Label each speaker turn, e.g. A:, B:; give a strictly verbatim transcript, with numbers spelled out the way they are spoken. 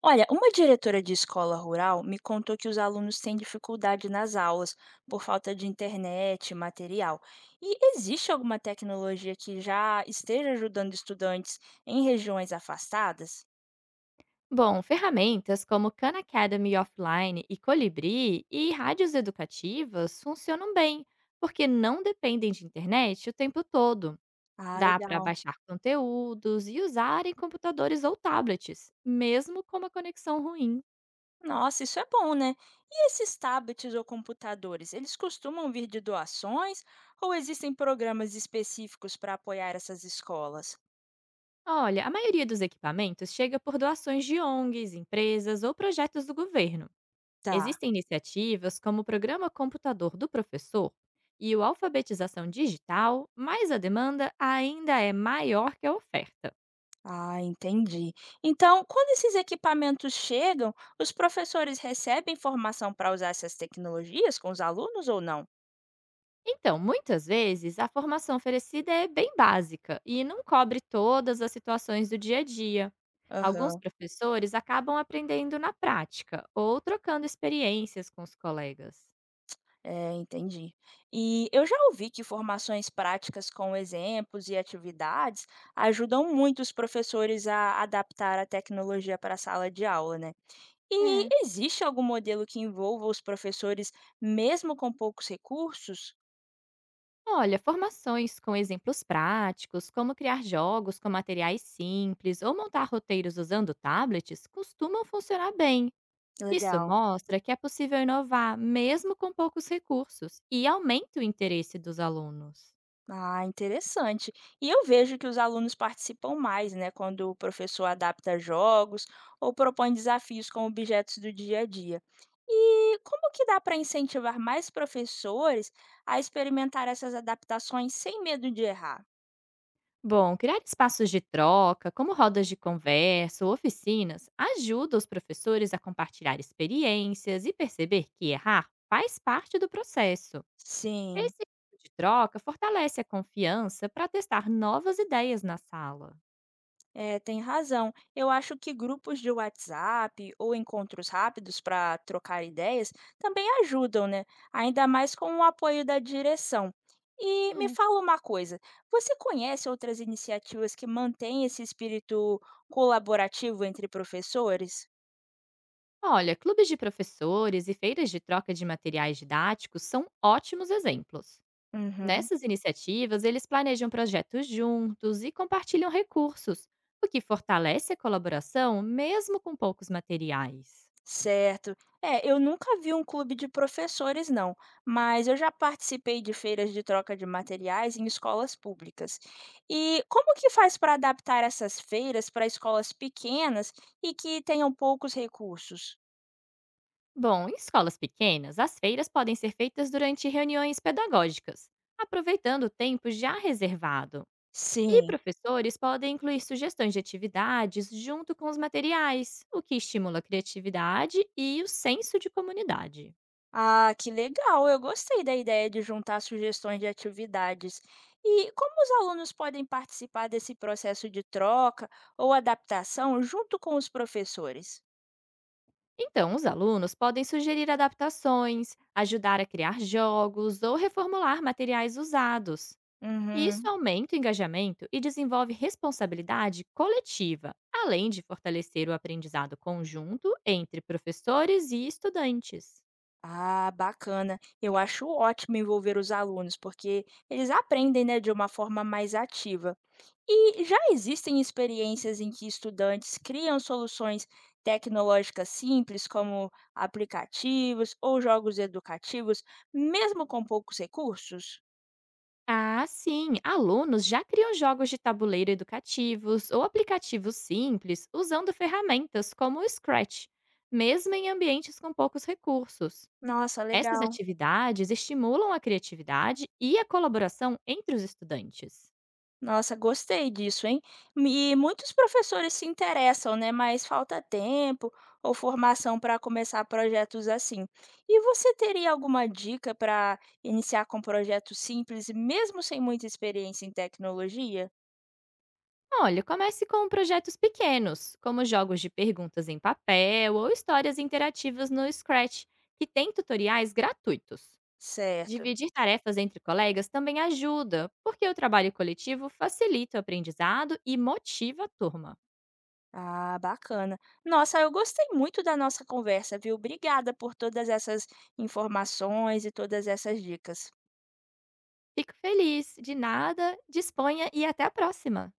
A: Olha, uma diretora de escola rural me contou que os alunos têm dificuldade nas aulas por falta de internet, material. E existe alguma tecnologia que já esteja ajudando estudantes em regiões afastadas?
B: Bom, ferramentas como Khan Academy Offline e Colibri e rádios educativas funcionam bem, porque não dependem de internet o tempo todo.
A: Ah,
B: Dá para
A: legal.
B: baixar conteúdos e usar em computadores ou tablets, mesmo com uma conexão ruim.
A: Nossa, isso é bom, né? E esses tablets ou computadores, eles costumam vir de doações ou existem programas específicos para apoiar essas escolas?
B: Olha, a maioria dos equipamentos chega por doações de ONGs, empresas ou projetos do governo.
A: Tá.
B: Existem iniciativas como o Programa Computador do Professor e o Alfabetização Digital, mas a demanda ainda é maior que a oferta.
A: Ah, entendi. Então, quando esses equipamentos chegam, os professores recebem formação para usar essas tecnologias com os alunos ou não?
B: Então, muitas vezes, a formação oferecida é bem básica e não cobre todas as situações do dia a dia. Alguns
A: Aham,
B: professores acabam aprendendo na prática ou trocando experiências com os colegas.
A: é, entendi. E eu já ouvi que formações práticas com exemplos e atividades ajudam muito os professores a adaptar a tecnologia para a sala de aula, né?
B: É.
A: E existe algum modelo que envolva os professores mesmo com poucos recursos?
B: Olha, formações com exemplos práticos, como criar jogos com materiais simples ou montar roteiros usando tablets, costumam funcionar bem. Isso
A: Legal.
B: mostra que é possível inovar mesmo com poucos recursos e aumenta o interesse dos alunos.
A: Ah, interessante. E eu vejo que os alunos participam mais, né, quando o professor adapta jogos ou propõe desafios com objetos do dia a dia. E como que dá para incentivar mais professores a experimentar essas adaptações sem medo de errar?
B: Bom, criar espaços de troca, como rodas de conversa ou oficinas, ajuda os professores a compartilhar experiências e perceber que errar faz parte do processo.
A: Sim,
B: Esse tipo de troca fortalece a confiança para testar novas ideias na sala.
A: é, tem razão. Eu acho que grupos de WhatsApp ou encontros rápidos para trocar ideias também ajudam, né? Ainda mais com o apoio da direção. E me
B: É.
A: fala uma coisa: você conhece outras iniciativas que mantêm esse espírito colaborativo entre professores?
B: Olha, clubes de professores e feiras de troca de materiais didáticos são ótimos exemplos.
A: Uhum.
B: Nessas iniciativas, eles planejam projetos juntos e compartilham recursos, o que fortalece a colaboração mesmo com poucos materiais.
A: Certo. É, eu nunca vi um clube de professores, não, mas eu já participei de feiras de troca de materiais em escolas públicas. E como que faz para adaptar essas feiras para escolas pequenas e que tenham poucos recursos?
B: Bom, em escolas pequenas, as feiras podem ser feitas durante reuniões pedagógicas, aproveitando o tempo já reservado. E
A: Sim.
B: professores podem incluir sugestões de atividades junto com os materiais, o que estimula a criatividade e o senso de comunidade.
A: Ah, que legal! Eu gostei da ideia de juntar sugestões de atividades. E como os alunos podem participar desse processo de troca ou adaptação junto com os professores?
B: Então, os alunos podem sugerir adaptações, ajudar a criar jogos ou reformular materiais usados. Isso
A: Uhum.
B: aumenta o engajamento e desenvolve responsabilidade coletiva, além de fortalecer o aprendizado conjunto entre professores e estudantes.
A: Ah, bacana. Eu acho ótimo envolver os alunos, porque eles aprendem, né, de uma forma mais ativa. E já existem experiências em que estudantes criam soluções tecnológicas simples, como aplicativos ou jogos educativos, mesmo com poucos recursos?
B: Ah, sim! Alunos já criam jogos de tabuleiro educativos ou aplicativos simples usando ferramentas como o Scratch, mesmo em ambientes com poucos recursos.
A: Nossa,
B: Essas
A: legal.
B: atividades estimulam a criatividade e a colaboração entre os estudantes.
A: Nossa, gostei disso, hein? E muitos professores se interessam, né? Mas falta tempo ou formação para começar projetos assim. E você teria alguma dica para iniciar com projetos simples, mesmo sem muita experiência em tecnologia?
B: Olha, comece com projetos pequenos, como jogos de perguntas em papel ou histórias interativas no Scratch, que tem tutoriais gratuitos.
A: Certo.
B: Dividir tarefas entre colegas também ajuda, porque o trabalho coletivo facilita o aprendizado e motiva a turma.
A: Ah, bacana. Nossa, eu gostei muito da nossa conversa, viu? Obrigada por todas essas informações e todas essas dicas.
B: Fico feliz, de nada, disponha e até a próxima!